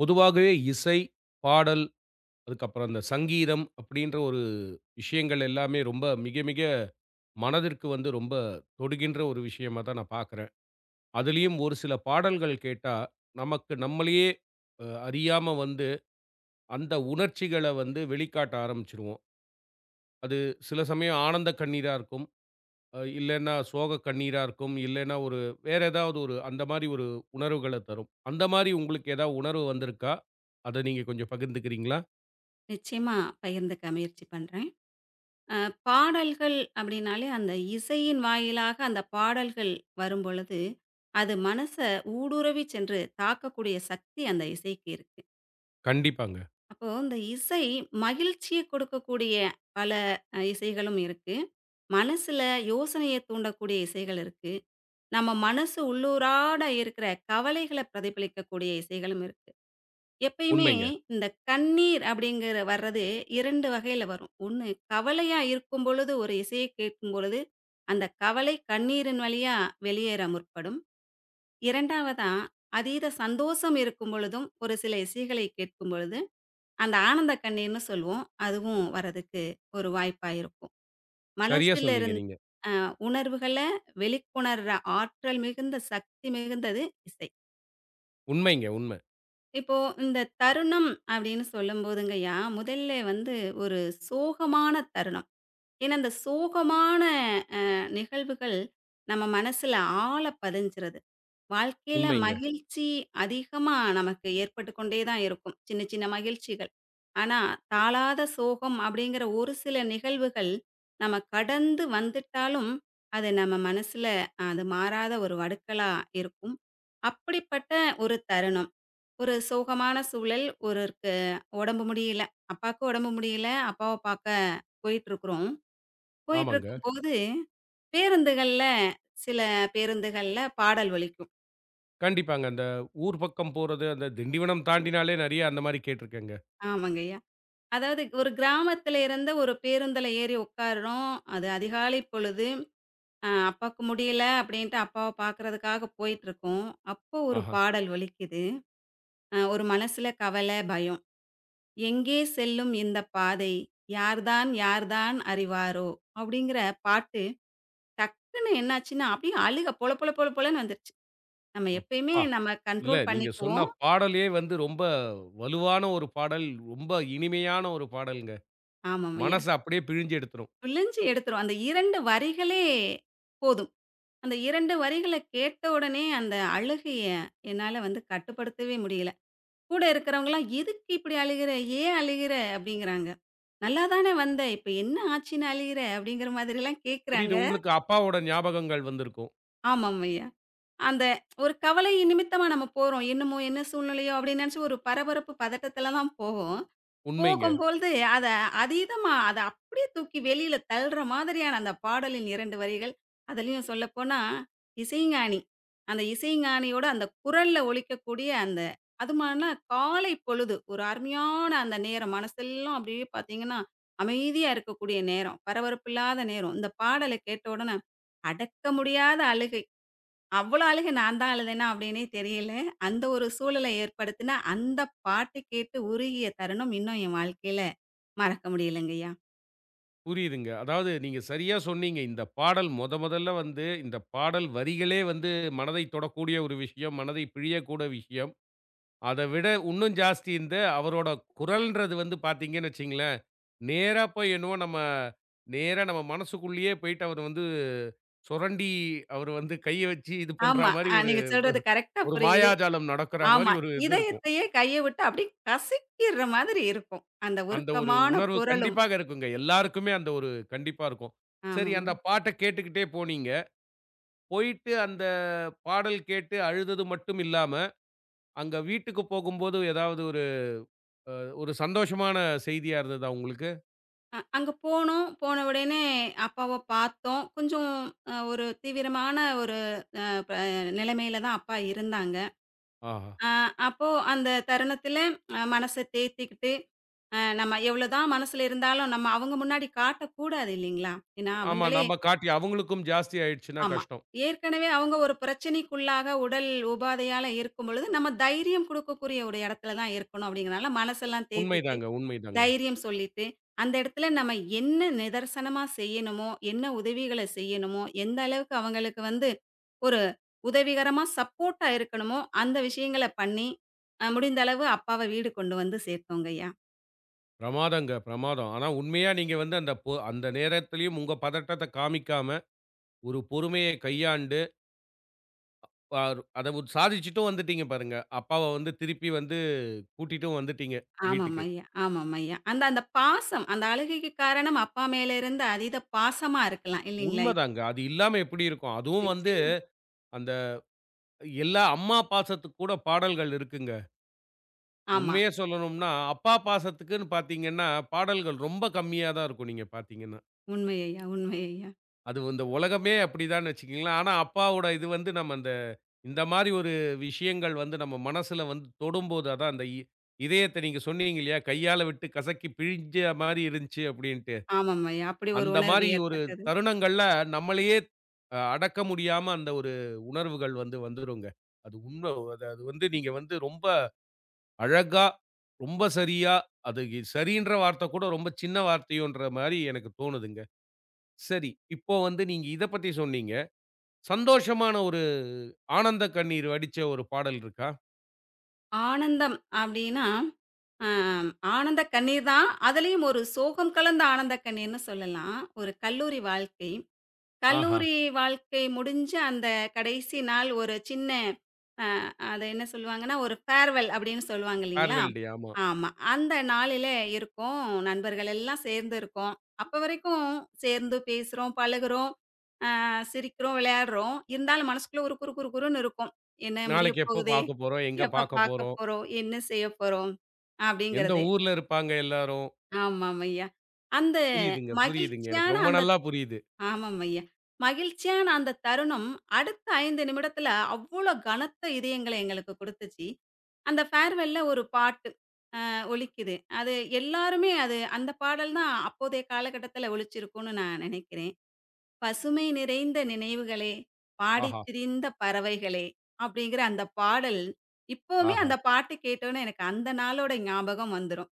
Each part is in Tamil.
பொதுவாகவே இசை, பாடல், அதுக்கப்புறம் அந்த சங்கீதம் அப்படின்ற ஒரு விஷயங்கள் எல்லாமே ரொம்ப மிக, மிக மனதிற்கு வந்து ரொம்ப தொடுகின்ற ஒரு விஷயமா தான் நான் பார்க்குறேன். அதிலயும் ஒரு சில பாடல்கள் கேட்டா, நமக்கு நம்மளையே அறியாம வந்து அந்த உணர்ச்சிகள வந்து வெளிக்காட்ட ஆரம்பிச்சுருவோம். அது சில சமயம் ஆனந்த கண்ணீரா இருக்கும். இல்லன்னா சோக கண்ணீரா இருக்கும். இல்லன்னா ஒரு வேற ஏதாவது ஒரு அந்த மாரி ஒரு உணர்வுகள தரும். அந்த மாரி உங்களுக்கு ஏதாவது உணர்வு வந்திருக்கா? அத நீங்க கொஞ்சம் பகிர்ந்துக்கிறீங்களா? நிச்சயமா பகிர்ந்துக்க முயற்சி பண்றேன். அ பாடல்கள் அப்படின்னாலே, அந்த இசையின் வாயிலாக அந்த பாடல்கள் வரும்பொழுது, அது மனச ஊடுருவி சென்று தாக்கக்கூடிய சக்தி அந்த இசைக்கு இருக்கு. கண்டிப்பாங்க. அப்போ இந்த இசை மகிழ்ச்சிய கொடுக்கக்கூடிய பல இசைகளும் இருக்கு. மனசுல யோசனைய தூண்டக்கூடிய இசைகள் இருக்கு. நம்ம மனசு உள்ளூராட இருக்கிற கவலைகள பிரதிபலிக்கக்கூடிய இசைகளும் இருக்கு. எப்பயுமே உண்மைங்க. இந்த கண்ணீர் அப்படிங்கிற வர்றது 2 வகையில வரும். 1 கவலையா இருக்கும் பொழுது ஒரு இசைய கேட்கும் பொழுது, அந்த கவலை கண்ணீரின் வழியா வெளியேற முற்படும். 2வதா அதீத சந்தோஷம் இருக்கும் பொழுதும் ஒரு சில இசைகளை கேட்கும் பொழுது, அந்த ஆனந்த கண்ணீர்ன்னு சொல்லுவோம். அதுவும் வரதுக்கு ஒரு வாய்ப்பா இருக்கும். சரியா மனசுல சொன்னீங்க இருந்த நீங்க. உணர்வுகள வெளிக்கொணர்ற ஆற்றல் மிகுந்த, சக்தி மிகுந்தது இசை. உண்மைங்க, உண்மை, இப்போ இந்த தருணம் அப்படின்னு சொல்லும்போதுங்கய்யா, முதல்ல வந்து ஒரு சோகமான தருணம். ஏன்னா, இந்த சோகமான அ நிகழ்வுகள் நம்ம மனசுல ஆழ பதிஞ்சிருது. வாழ்க்கையில உண்மைங்க. மகிழ்ச்சி அதிகமா நமக்கு ஏற்பட்டு கொண்டே தான் இருக்கும். சின்ன சின்ன மகிழ்ச்சிகள். ஆனா, தாளாத சோகம் அப்படிங்கிற ஒரு சில நிகழ்வுகள் நம்ம கடந்து வந்துட்டாலும், அது நம்ம மனசுல அது மாறாத ஒரு வடுக்களா இருக்கும். அப்படிப்பட்ட ஒரு தருணம். ஒரு சோகமான சூழல். ஒருவருக்கு உடம்பு முடியல. அப்பாவுக்கு உடம்பு முடியல. அப்பாவ பார்க்க போயிட்டுருக்குறோம். ஆமாங்க. போயிட்டுருக்கும்போது பேருந்துகள்ல சில பேருந்துகள்ல பாடல் ஒலிக்கும். கண்டிப்பாங்க. அந்த ஊர் பக்கம் போறது, அந்த திண்டிவனம் தாண்டினாலே நெறைய அந்த மாரி கேட்டுருக்கேங்க. ஆமாங்கய்யா. அதாவது ஒரு கிராமத்துல இருந்த ஒரு பேருந்துல ஏறி உட்காருறோம். அது அதிகாலை பொழுது. அப்பாவுக்கு முடியல அப்படின்ட்டு அப்பாவ பார்க்கறதுக்காக போயிட்டுருக்கோம். அப்போ ஒரு ஆஹா! பாடல் ஒலிக்குது. ஒரு மனசுல கவல, பயம். எங்கே செல்லும் இந்த பாதை? யார்தான் யார்தான் அறிவாரோ? அப்படிங்கிற பாட்டு டக்குன்னு என்னாச்சுன்னா, அப்படியே அழுக பொல பொல பொல பொலன்னு வந்துருச்சு. நம்ம எப்பயுமே அப்பா! நம்ம இல்ல கண்ட்ரோல் நீங்க சொன்ன பண்ணிக்குவோம். பாடலே வந்து ரொம்ப வலுவான ஒரு பாடல். ரொம்ப இனிமையான ஒரு பாடல்ங்க. ஆமாம்யா. மனச அப்படியே பிழிஞ்சு எடுத்துரும். பிழிஞ்சு எடுத்துரும். அந்த 2 வரிகளே போதும். அந்த 2 வரிகள கேட்ட உடனே அந்த அழுகைய என்னால வந்து கட்டுப்படுத்தவே முடியல. கூட இருக்கிறவங்கலாம், "எதுக்கு இப்படி அழுகுற? ஏன் அழுகுற?" அப்படிங்கிறாங்க. "நல்லா தானே வந்த. இப்ப என்ன ஆச்சுன்னு அழுகுற?" அப்படிங்கிற மாதிரிலாம் கேட்குறாங்க. புரியுது. உங்களுக்கு அப்பாவோட ஞாபகங்கள் வந்திருக்கும். ஆமாம்யா. அந்த ஒரு கவலை நிமித்தமா நம்ம போறோம். என்னமோ, என்ன சூழ்நிலையோ அப்படின்னு நினைச்சு ஒரு பரபரப்பு, பதட்டத்துல தான் போவோம். உண்மைங்க. போகும்பொழுது அத அதீதமா அத அப்படியே தூக்கி வெளியில தள்ளுற மாதிரியான அந்த பாடலின் 2 வரிகள். அதுலயும் சொல்லப்போனா, இசைஞானி. அந்த இசைஞானியோட அந்த குரல்ல ஒலிக்கக்கூடிய அந்த அதுமானா காலை பொழுது. ஒரு அருமையான அந்த நேரம். மனசெல்லாம் அப்படியே பார்த்தீங்கன்னா, அமைதியா இருக்கக்கூடிய நேரம். பரபரப்பு இல்லாத நேரம். இந்த பாடல கேட்ட உடனே அடக்க முடியாத அழுகை. அவ்வளோ அழுகை நான் தான் அழுதேனா அப்படின்னே தெரியல. அந்த ஒரு சூழல ஏற்படுத்தின அந்த பாட்டு கேட்டு உருகிய தருணம் இன்னும் என் வாழ்க்கையில மறக்க முடியலங்கய்யா. புரியுதுங்க. அதாவது நீங்க சரியா சொன்னீங்க. இந்த பாடல் மொதல்ல வந்து இந்த பாடல் வரிகளே வந்து மனதை தொடக்கூடிய ஒரு விஷயம். மனதை பிழியக்கூட விஷயம். அத விட இன்னும் ஜாஸ்தி இந்த அவரோட குரல்ன்றது வந்து பார்த்தீங்கன்னு வச்சுங்களேன், நேரா போய் என்னவோ நம்ம நேரா நம்ம மனசுக்குள்ளேயே போயிட்டு அவர் வந்து சுரண்டி அவர் வந்து கைய வச்சு இது பண்றா ஆமா. மாரி ஒரு நீங்க சொல்றது கரெக்ட்டா ஒரு புரியுது. மாயாஜாலம் நடக்குற மாரி ஆமா. ஒரு இது இருக்கும். இதயத்தையே கைய விட்டு அப்படியே கசக்கிற மாதிரி இருக்கும். அந்த அந்த ஒரு உருக்கமான உணர்வு குரலும். கண்டிப்பாக இருக்குங்க. எல்லாருக்குமே அந்த ஒரு கண்டிப்பா இருக்கும். சரி, ஆமாங்க. அந்த பாட்ட கேட்டுக்கிட்டே போனீங்க. போயிட்டு அந்த பாடல் கேட்டு அழுதது மட்டும் இல்லாம, அங்க வீட்டுக்கு போகும்போது ஏதாவது ஒரு அ ஒரு சந்தோஷமான செய்தியா இருந்ததா உங்களுக்கு? அங்க போனோம். போன உடனே அப்பாவ பார்த்தோம். கொஞ்சம் ஒரு தீவிரமான ஒரு ப நிலைமையில தான் அப்பா இருந்தாங்க. ஆஹா! ஆ, அப்போ அந்த தருணத்தில மனச தேத்திக்கிட்டு, நம்ம எவ்வளோதான் மனசுல இருந்தாலும், நம்ம அவங்க முன்னாடி காட்டக்கூடாது இல்லைங்களா? ஏன்னா ஆமா. அவங்களே நம்ம காட்டி அவங்களுக்கும் ஜாஸ்தி ஆயிடுச்சுன்னா ஆமா. கஷ்டம். ஏற்கனவே அவங்க ஒரு பிரச்சனைக்குள்ளாக உடல் உபாதையால இருக்கும்பொழுது, நம்ம தைரியம் குடுக்கக்கூடிய ஒரு இடத்துல தான் இருக்கணும். அப்படிங்கிறனால மனசெல்லாம் தேத்திட்டு உண்மைதாங்க, உண்மைதாங்க. தைரியம் சொல்லிட்டு, அந்த இடத்துல நம்ம என்ன நிதர்சனமா செய்யணுமோ, என்ன உதவிகள செய்யணுமோ, எந்த அளவுக்கு அவங்களுக்கு வந்து ஒரு உதவிகரமா சப்போர்ட்டா இருக்கணுமோ, அந்த விஷயங்கள பண்ணி, முடிந்த அளவு அப்பாவ வீடு கொண்டு வந்து சேர்த்தோங்க ஐயா. பிரமாதங்க, பிரமாதம். ஆனா உண்மையா நீங்க வந்து அந்த அந்த நேரத்திலயும் உங்க பதட்டத்த காமிக்காம, ஒரு பொறுமைய கையாண்டு, பார் அத ஒரு சாதிச்சுட்டும் வந்துட்டீங்க பாருங்க. அப்பாவ வந்து திருப்பி வந்து கூட்டிட்டும் வந்துட்டீங்க ஆமாம் வீட்டுக்கு. ஐயா, ஆமாம் ஐயா. அந்த அந்த பாசம், அந்த அழுகைக்கு காரணம் அப்பா மேல இருந்த அதீத பாசமா இருக்கலாம் இல்லைங்களா ஐயா? உண்மதாங்க. அது இல்லாம எப்படி இருக்கும்? அதுவும் வந்து நிச்சயம். அந்த எல்லா அம்மா பாசத்துக்கு கூட பாடல்கள் இருக்குங்க. ஆமா. உண்மைய சொல்லணும்னா, அப்பா பாசத்துக்குன்னு பார்த்தீங்கன்னா, பாடல்கள் ரொம்ப கம்மியா தான் இருக்கும் நீங்க பார்த்தீங்கன்னா. உண்மை ஐயா, உண்மை ஐயா. அது இந்த உலகமே அப்படிதான்னு வச்சுக்கங்களேன். ஆனா, அப்பாவோட இது வந்து நம்ம அந்த இந்த மாரி ஒரு விஷயங்கள் வந்து நம்ம மனசுல வந்து தொடும்போது, அதான் அந்த இதயத்த நீங்க சொன்னீங்க இல்லையா? கையால விட்டு கசக்கி பிழிஞ்ச மாரி இருந்துச்சு அப்படின்ட்டு. ஆமாம் ஐயா. அப்படி ஒரு அந்த உணர்வு மாரி ஒரு ஏற்பட்டது. தருணங்கள்ல நம்மளையே அடக்க முடியாம அந்த ஒரு உணர்வுகள் வந்து வந்துருங்க. அது உண்ம. அது அது வந்து நீங்க வந்து ரொம்ப அழகா, ரொம்ப சரியா, அது சரின்ற வார்த்த கூட ரொம்ப சின்ன வார்த்தையோன்ற மாரி எனக்கு தோணுதுங்க. சரி, இப்போ வந்து நீங்க இத பத்தி சொன்னீங்க. சந்தோஷமான ஒரு ஆனந்த கண்ணீர் வடிச்ச ஒரு பாடல் இருக்கா? ஆனந்தம் அப்டின்னா, அ ஆனந்த கண்ணீர் தான். அதுலயும் ஒரு சோகம் கலந்த ஆனந்த கண்ணீர்ன்னு சொல்லலாம். ஒரு கல்லூரி வாழ்க்கை. ஆஹா! கல்லூரி வாழ்க்கை முடிஞ்சு அந்த கடைசி நாள் ஒரு சின்ன அ அத என்ன சொல்லுவாங்கன்னா, ஒரு ஃபேர்வெல் அப்டின்னு சொல்லுவாங்க இல்லைங்களா? ஃபேர்வெல் டே, ஆமா. ஆமா. அந்த நாளில இருக்கோம். நண்பர்கள் எல்லாம் சேர்ந்து இருக்கோம். அப்ப வரைக்கும் சேர்ந்து பேசுறோம், பழகுறோம். சிரிக்கிறோம், விளையாடுறோம். இருந்தாலும் மனசுக்குள்ள ஒரு குறு குறு குறுன்னு இருக்கும். என்ன முடிய நாளைக்கு எப்போ போகுதே! பார்க்க போறோம்? எங்க எப்ப பார்க்க பார்க்க போறோம்? போறோம்? என்ன செய்ய போறோம்? எந்த அப்படிங்கிறது. ஊர்ல இருப்பாங்க எல்லாரும்? ஆமாம்யா. அந்த புரியுதுங்க, புரியுதுங்க. மகிழ்ச்சியான எனக்கு ரொம்ப அந்த நல்லா புரியுது. ஆமாம்யா. மகிழ்ச்சியான அந்த தருணம் அடுத்த 5 நிமிடத்துல அவ்ளோ கனத்த இதயங்கள எங்களுக்கு குடுத்துச்சு. அந்த ஃபேர்வெல்ல ஒரு பாட்டு ஒலிக்குது. எல்லாருமே அது அந்த பாடல் தான் அப்போதைய காலகட்டத்துல ஒலிச்சிருக்கும்னு நான் நினைக்கிறேன். பசுமை நிறைந்த நினைவுகளே, பாடித் ஆஹா! திரிந்த பறவைகளே அப்படிங்கிற அந்த பாடல், இப்பவுமே ஆஹா! அந்த பாட்டு கேட்டோனே எனக்கு அந்த நாளோட ஞாபகம் வந்துரும்.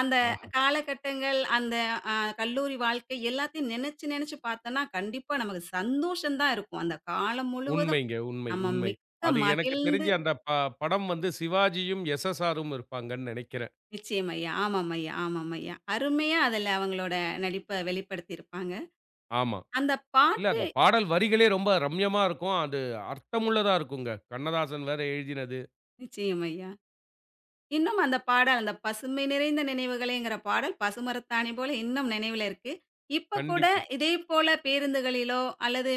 அந்த ஆஹா! காலகட்டங்கள், அந்த அ கல்லூரி வாழ்க்கை எல்லாத்தையும் நெனச்சு நெனச்சு பார்த்தோம்னா, கண்டிப்பா நமக்கு சந்தோஷம் தான் இருக்கும். அந்த காலம் முழுவதும் உண்மைங்க. உண்மை, நம்ம உண்மை. மிக்க அது எனக்கு மகிழ்ந்து தெரிஞ்சு அந்த படம் வந்து சிவாஜியும், எஸ்.எஸ்.ஆரும் இருப்பாங்கன்னு நெனைக்கிறேன். நிச்சயம் ஐயா. ஆமாம் ஐயா, ஆமாம் ஐயா. அருமையா அதுல அவங்களோட நடிப்ப வெளிப்படுத்தியிருப்பாங்க. ஆமா. அந்த இல்ல பாட்டு அந்த பாடல் வரிகளே ரொம்ப ரம்யமா இருக்கும். அது அர்த்தமுள்ளதா இருக்குங்க. கண்ணதாசன் வேற எழுதினது. நிச்சயம் ஐயா. இன்னும் அந்த பாடல், அந்த "பசுமை நிறைந்த நினைவுகளேங்கிற" பாடல் பசுமரத்தாணி போல இன்னும் நினைவில இருக்கு. இப்ப கூட கண்டிப்பா. இதே போல பேருந்துகளிலோ, அல்லது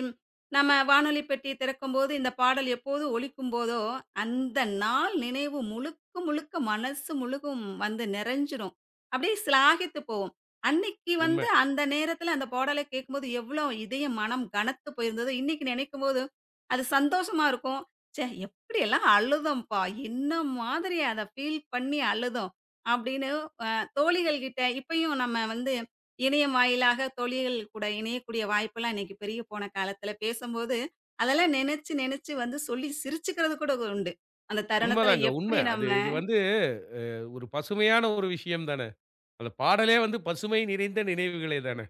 நம்ம வானொலி பெட்டி திறக்கும்போது இந்த பாடல் எப்போது ஒலிக்கும்போதோ, அந்த நாள் நினைவு முழுக்க முழுக்க மனசு முழுகும் வந்து நிறைஞ்சிரும். அப்படியே சிலாகித்து போகும். அன்னைக்கு வந்து உண்ம. அந்த நேரத்தில அந்த பாடலை கேட்கும்போது எவ்வளோ இதயம், மனம் கனத்து போயிருந்ததோ, இன்னைக்கு நினைக்கும்போது அது சந்தோஷமா இருக்கும். ச்சே! எப்படியெல்லாம் அழுதோம்ப்பா! என்ன மாதிரி அத ஃபீல் பண்ணி அழுதோம். அப்படின்னு அ தோழிகள் கிட்ட இப்பயும் நம்ம வந்து இணையம் வாயிலாக தோழிகள் கூட இணையக்கூடிய வாய்ப்பெல்லாம் இன்னைக்கு பெரிய போன காலத்துல பேசும்போது, அதெல்லாம் நினைச்சு நினைச்சு வந்து சொல்லி சிரிச்சுக்கிறது கூட உண்டு. அந்த தருணத்துல உண்மதாங்க. உண்ம. எப்படி நம்ம அது இது வந்து ஒரு பசுமையான ஒரு விஷயம் தானே. அந்த பாடலே வந்து பசுமை நிறைந்த நினைவுகளே தானே.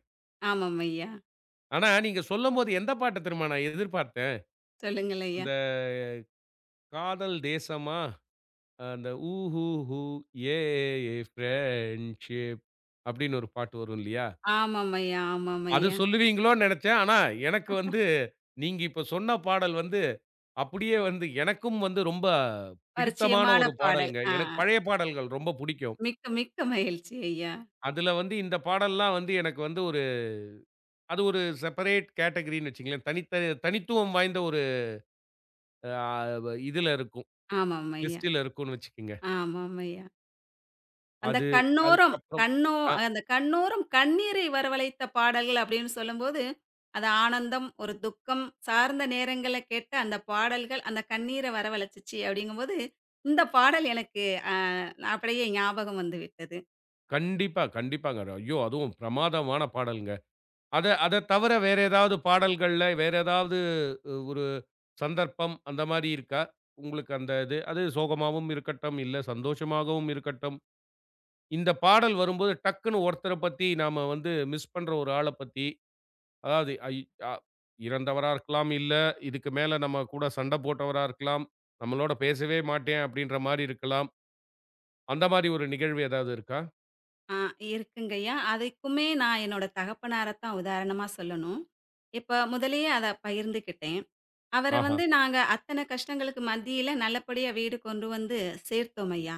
ஆமாம் ஐயா. ஆனா நீங்க சொல்லும்போது எந்த பாட்ட தெரியுமா நான் எதிர்பார்த்தேன்? சொல்லுங்கள் ஐயா. அந்த காதல் தேசமா, அந்த "ஊஹூஹூ ஏ ஏ ஃப்ரெஞ்சு" அப்படின்னு ஒரு பாட்டு வரும் இல்லையா? ஆமாம் ஐயா, ஆமாம் அது ஐயா. சொல்லுவீங்களோன்னு நெனச்சேன். ஆனா எனக்கு வந்து நீங்க இப்ப சொன்ன பாடல் வந்து அப்படியே வந்து எனக்கும் வந்து ரொம்ப பிடித்தமான பரிச்சயமான ஒரு பாடல். பாடல்ங்க. எனக்கு பழைய பாடல்கள் ரொம்ப புடிக்கும். மிக்க மிக்க மகிழ்ச்சி ஐயா. அதுல வந்து இந்த பாடல்லாம் வந்து எனக்கு வந்து அது ஒரு செப்பரேட் கேட்டகரின்னு வச்சுக்கங்களேன். தனித்த தனித்துவம் வாய்ந்த ஒரு ஆ இதுல இருக்கும். ஆமாம் ஐயா, லிஸ்ட்டில இருக்கும்னு வச்சுக்கங்க. ஆமாம் ஐயா. அந்த அது கண்ணோரம் அதுக்கப்புறம் கண்ணோ ஆ அந்த கண்ணோரம் கண்ணீரை வரவழைத்த பாடல்கள் அப்படின்னு சொல்லும்போது, அது ஆனந்தம், ஒரு துக்கம் சார்ந்த நேரங்கள்ல கேட்ட அந்த பாடல்கள், அந்த கண்ணீர வரவழைச்சுச்சு அப்படிங்கும்போது, இந்த பாடல் எனக்கு அ அப்படியே ஞாபகம் வந்துவிட்டது. கண்டிப்பா, கண்டிப்பாங்க. ஐயோ! அதுவும் பிரமாதமான பாடல்ங்க. அத அத தவிர வேற ஏதாவது பாடல்கள்ல, வேற ஏதாவது ஒரு சந்தர்ப்பம் அந்த மாரி இருக்கா? உங்களுக்கு அந்த இது அது சோகமாவும் இருக்கட்டும், இல்ல சந்தோஷமாகவும் இருக்கட்டும். இந்த பாடல் வரும்போது டக்குன்னு ஒருத்தர பத்தி நாம வந்து மிஸ் பண்ற ஒரு ஆள பத்தி அதாவது அ இறந்தவரா இருக்கலாம். இல்ல இதுக்கு மேல நம்ம கூட சண்ட போட்டவரா இருக்கலாம். நம்மளோட பேசவே மாட்டேன் அப்படின்ற மாரி இருக்கலாம். அந்த மாரி ஒரு நிகழ்வு ஏதாவது இருக்கா? ஆ இருக்குங்கய்யா. அதுக்குமே நான் என்னோட தகப்பனார தான் உதாரணமா சொல்லணும். இப்ப முதல்லயே அத பகிர்ந்துக்கிட்டேன். அவர ஆஹா. வந்து நாங்க அத்தன கஷ்டங்களுக்கு மத்தியில நல்லபடியா வீடு கொண்டு வந்து சேர்த்தோம் ஐயா.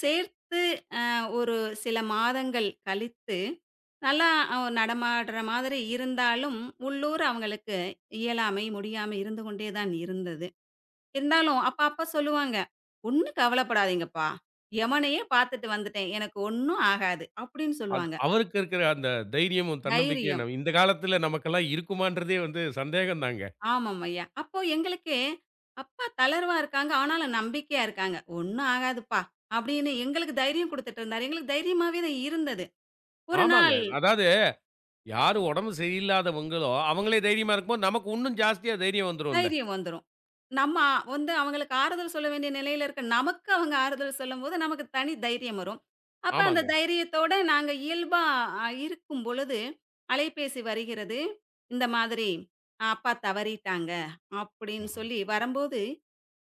சேர்த்து அ ஒரு சில மாதங்கள் கழித்து, நல்லா நடமாடுற மாதிரி இருந்தாலும், உள்ளூர் அவங்களுக்கு இயலாமை, முடியாம இருந்து கொண்டே தான் இருந்தது. இருந்தாலும் அப்ப அப்பா சொல்லுவாங்க, "ஒண்ணும் கவலைப்படாதீங்கப்பா. எமனையே பார்த்துட்டு வந்துட்டேன். எனக்கு ஒண்ணும் ஆகாது." அப்படின்னு சொல்லுவாங்க. அவருக்கு இருக்கிற அந்த தைரியமும், தன்னம்பிக்கையும் தைரியம். நம் இந்த காலத்துல நமக்கெல்லாம் இருக்குமான்றதே வந்து சந்தேகம் தாங்க. ஆமாம்ய்யா. அப்போ எங்களுக்கே, அப்பா தளர்வா இருக்காங்க. ஆனாலும் நம்பிக்கையா இருக்காங்க. "ஒண்ணும் ஆகாதுப்பா." அப்படின்னு எங்களுக்கு தைரியம் குடுத்துட்டு இருந்தாரு. எங்களுக்கு தைரியமாவே தான் இருந்தது. ஒரு ஆமாங்க. நாள் அதாவது யாரு உடம்பு சரியில்லாதவங்களோ, அவங்களே தைரியமா இருக்கும்போது நமக்கு உன்னும் ஜாஸ்தியா தைரியம் வந்துரும்ல. தைரியம் வந்துரும். நம்ம வந்து அவங்களுக்கு ஆறுதல் சொல்ல வேண்டிய நிலையில இருக்க நமக்கு அவங்க ஆறுதல் சொல்லும்போது, நமக்கு தனி தைரியம் வரும். அப்ப அந்த ஆமாங்க. தைரியத்தோட நாங்க இயல்பா இருக்கும் பொழுது, அலைபேசி வருகிறது. இந்த மாதிரி "அப்பா தவறிட்டாங்க" அப்படின்னு ஆஹா. சொல்லி வரம்போது,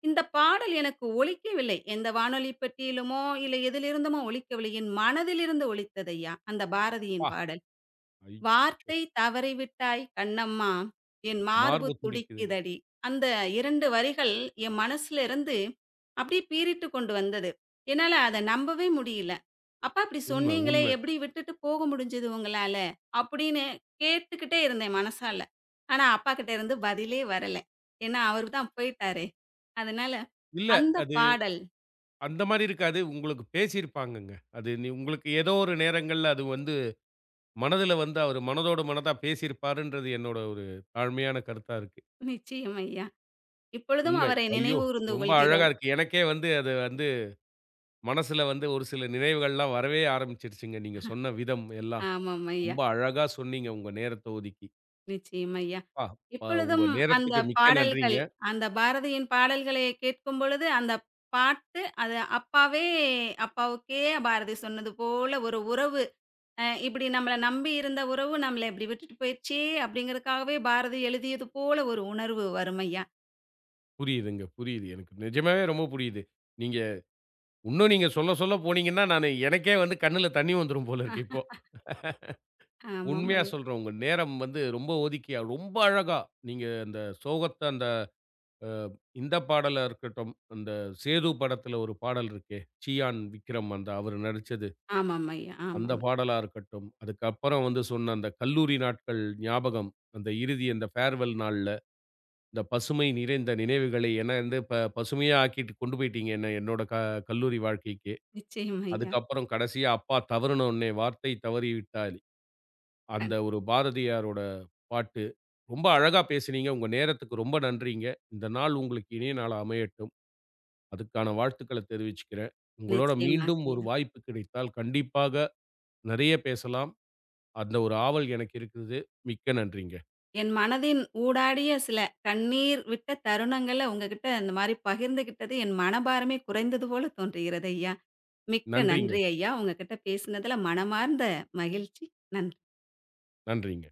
இந்த பாடல் எனக்கு ஒலிக்கவில்லை. எந்த வானொலி பெட்டியிலுமோ, இல்ல எதிலிருந்துமோ ஒலிக்கவில்லை. என் மனதிலிருந்து ஒலித்தது ஐயா, அந்த பாரதியின் அப்பா! பாடல். ஐ வார்த்தை தவறிவிட்டாய் கண்ணம்மா! என் மார்பு மார்பு துடிக்குதடி. துடிக்குதடி! அந்த 2 வரிகள் என் மனசுல இருந்து அப்படியே பீறிட்டு கொண்டு வந்தது. என்னால அத நம்பவே முடியல. "அப்பா இப்படி உண்ம, சொன்னீங்களே, உண்ம. எப்படி விட்டுட்டு போக முடிஞ்சது உங்களால?" அப்படின்னு கேட்டுக்கிட்டே இருந்தேன் மனசால. ஆனா அப்பாகிட்ட இருந்து பதிலே வரல. ஏன்னா அவரு தான் போயிட்டாரே! அதனால இல்ல அந்த அது பாடல் அந்த மாரி இருக்காது. உங்களுக்கு பேசியிருப்பாங்கங்க. அது உங்களுக்கு ஏதோ ஒரு நேரங்கள்ல அது வந்து மனதுல வந்து அவரு மனதோட மனதா பேசியிருப்பாருன்றது என்னோட ஒரு தாழ்மையான கருத்தா இருக்கு. நிச்சயம் ஐயா. இப்பொழுதும் உண்மை. அவரை ஐயோ! நினைவு கூர்ந்து ரொம்ப அழகா கொள்கிறோம். இருக்கு. எனக்கே வந்து அது வந்து மனசுல வந்து ஒரு சில நினைவுகள்லாம் வரவே ஆரம்பிச்சுருச்சுங்க. நீங்க சொன்ன விதம் எல்லாம். ஆமாம் ஐயா. ரொம்ப அழகா சொன்னீங்க உங்க நேரத்த ஒதுக்கி. நிச்சயம் ஐயா. அப்பா! உங்க இப்பொழுதும் அந்த நேரத்துக்கு மிக்க நன்றிங்க. பாடல்கள், அந்த பாரதியின் பாடல்களை கேட்கும் பொழுது, அந்த பாட்டு அது அப்பாவே அப்பாவுக்கே பாரதி சொன்னது போல ஒரு உறவு. இப்படி நம்மள நம்பி இருந்த உறவு நம்மள இப்படி விட்டுட்டு போயிருச்சே அப்படிங்கிறதுக்காகவே பாரதி எழுதியது போல ஒரு உணர்வு வரும் ஐயா. புரியுதுங்க, புரியுது. எனக்கு நிஜமாவே ரொம்ப புரியுது. நீங்க இன்னும் நீங்க சொல்ல சொல்ல போனீங்கன்னா, நானு எனக்கே வந்து கண்ணுல தண்ணி வந்துரும் போல இருக்கு அஹ் இப்போ. ஆமாம் உண்மையா ஐயா. சொல்றேன். உங்க நேரம் வந்து ரொம்ப ஒதுக்கி ரொம்ப அழகா நீங்க அந்த சோகத்த அந்த அ இந்த பாடலா இருக்கட்டும், அந்த சேது படத்துல ஒரு பாடல் இருக்கே, சியான் விக்ரம் அந்த அவரு நடிச்சது. ஆமாம் ஐயா. அந்த ஆமாம் ஐயா. பாடலா இருக்கட்டும், அதுக்கப்புறம் வந்து சொன்ன அந்த கல்லூரி நாட்கள் ஞாபகம். அந்த இறுதி அந்த ஃபேர்வெல் நாள்ல, இந்த பசுமை நிறைந்த நினைவுகளை என்ன வந்து பசுமையா ஆக்கிட்டு கொண்டு போயிட்டீங்க என்ன என்னோட கல்லூரி வாழ்க்கைக்கு. நிச்சயம் ஐயா. அதுக்கப்புறம் கடைசியா அப்பா தவறுன உடனே, "வார்த்தை தவறிவிட்டால்" கண் அந்த ஒரு பாரதியாரோட பாட்டு. ரொம்ப அழகா பேசினீங்க. உங்க நேரத்துக்கு ரொம்ப நன்றிங்க. இந்த நாள் உங்களுக்கு இனிய நாளா அமையட்டும். அதுக்கான வாழ்த்துக்கள தெரிவிச்சுக்கிறேன். உங்களோட நிச்சயமாக மீண்டும் ஒரு ஐயா. வாய்ப்பு கிடைத்தால் கண்டிப்பாக நெறைய பேசலாம். அந்த ஒரு ஆவல் எனக்கு இருக்குது. மிக்க நன்றிங்க. என் மனதின் ஊடாடிய சில கண்ணீர் விட்ட தருணங்கள உங்ககிட்ட இந்த மாரி பகிர்ந்துகிட்டது என் மனபாரமே குறைந்தது போல தோன்றுகிறது ஐயா. மிக்க நன்றிங்க. நன்றி ஐயா. உங்ககிட்ட பேசினதுல மனமார்ந்த மகிழ்ச்சி. நன்றி. நன்றிங்க.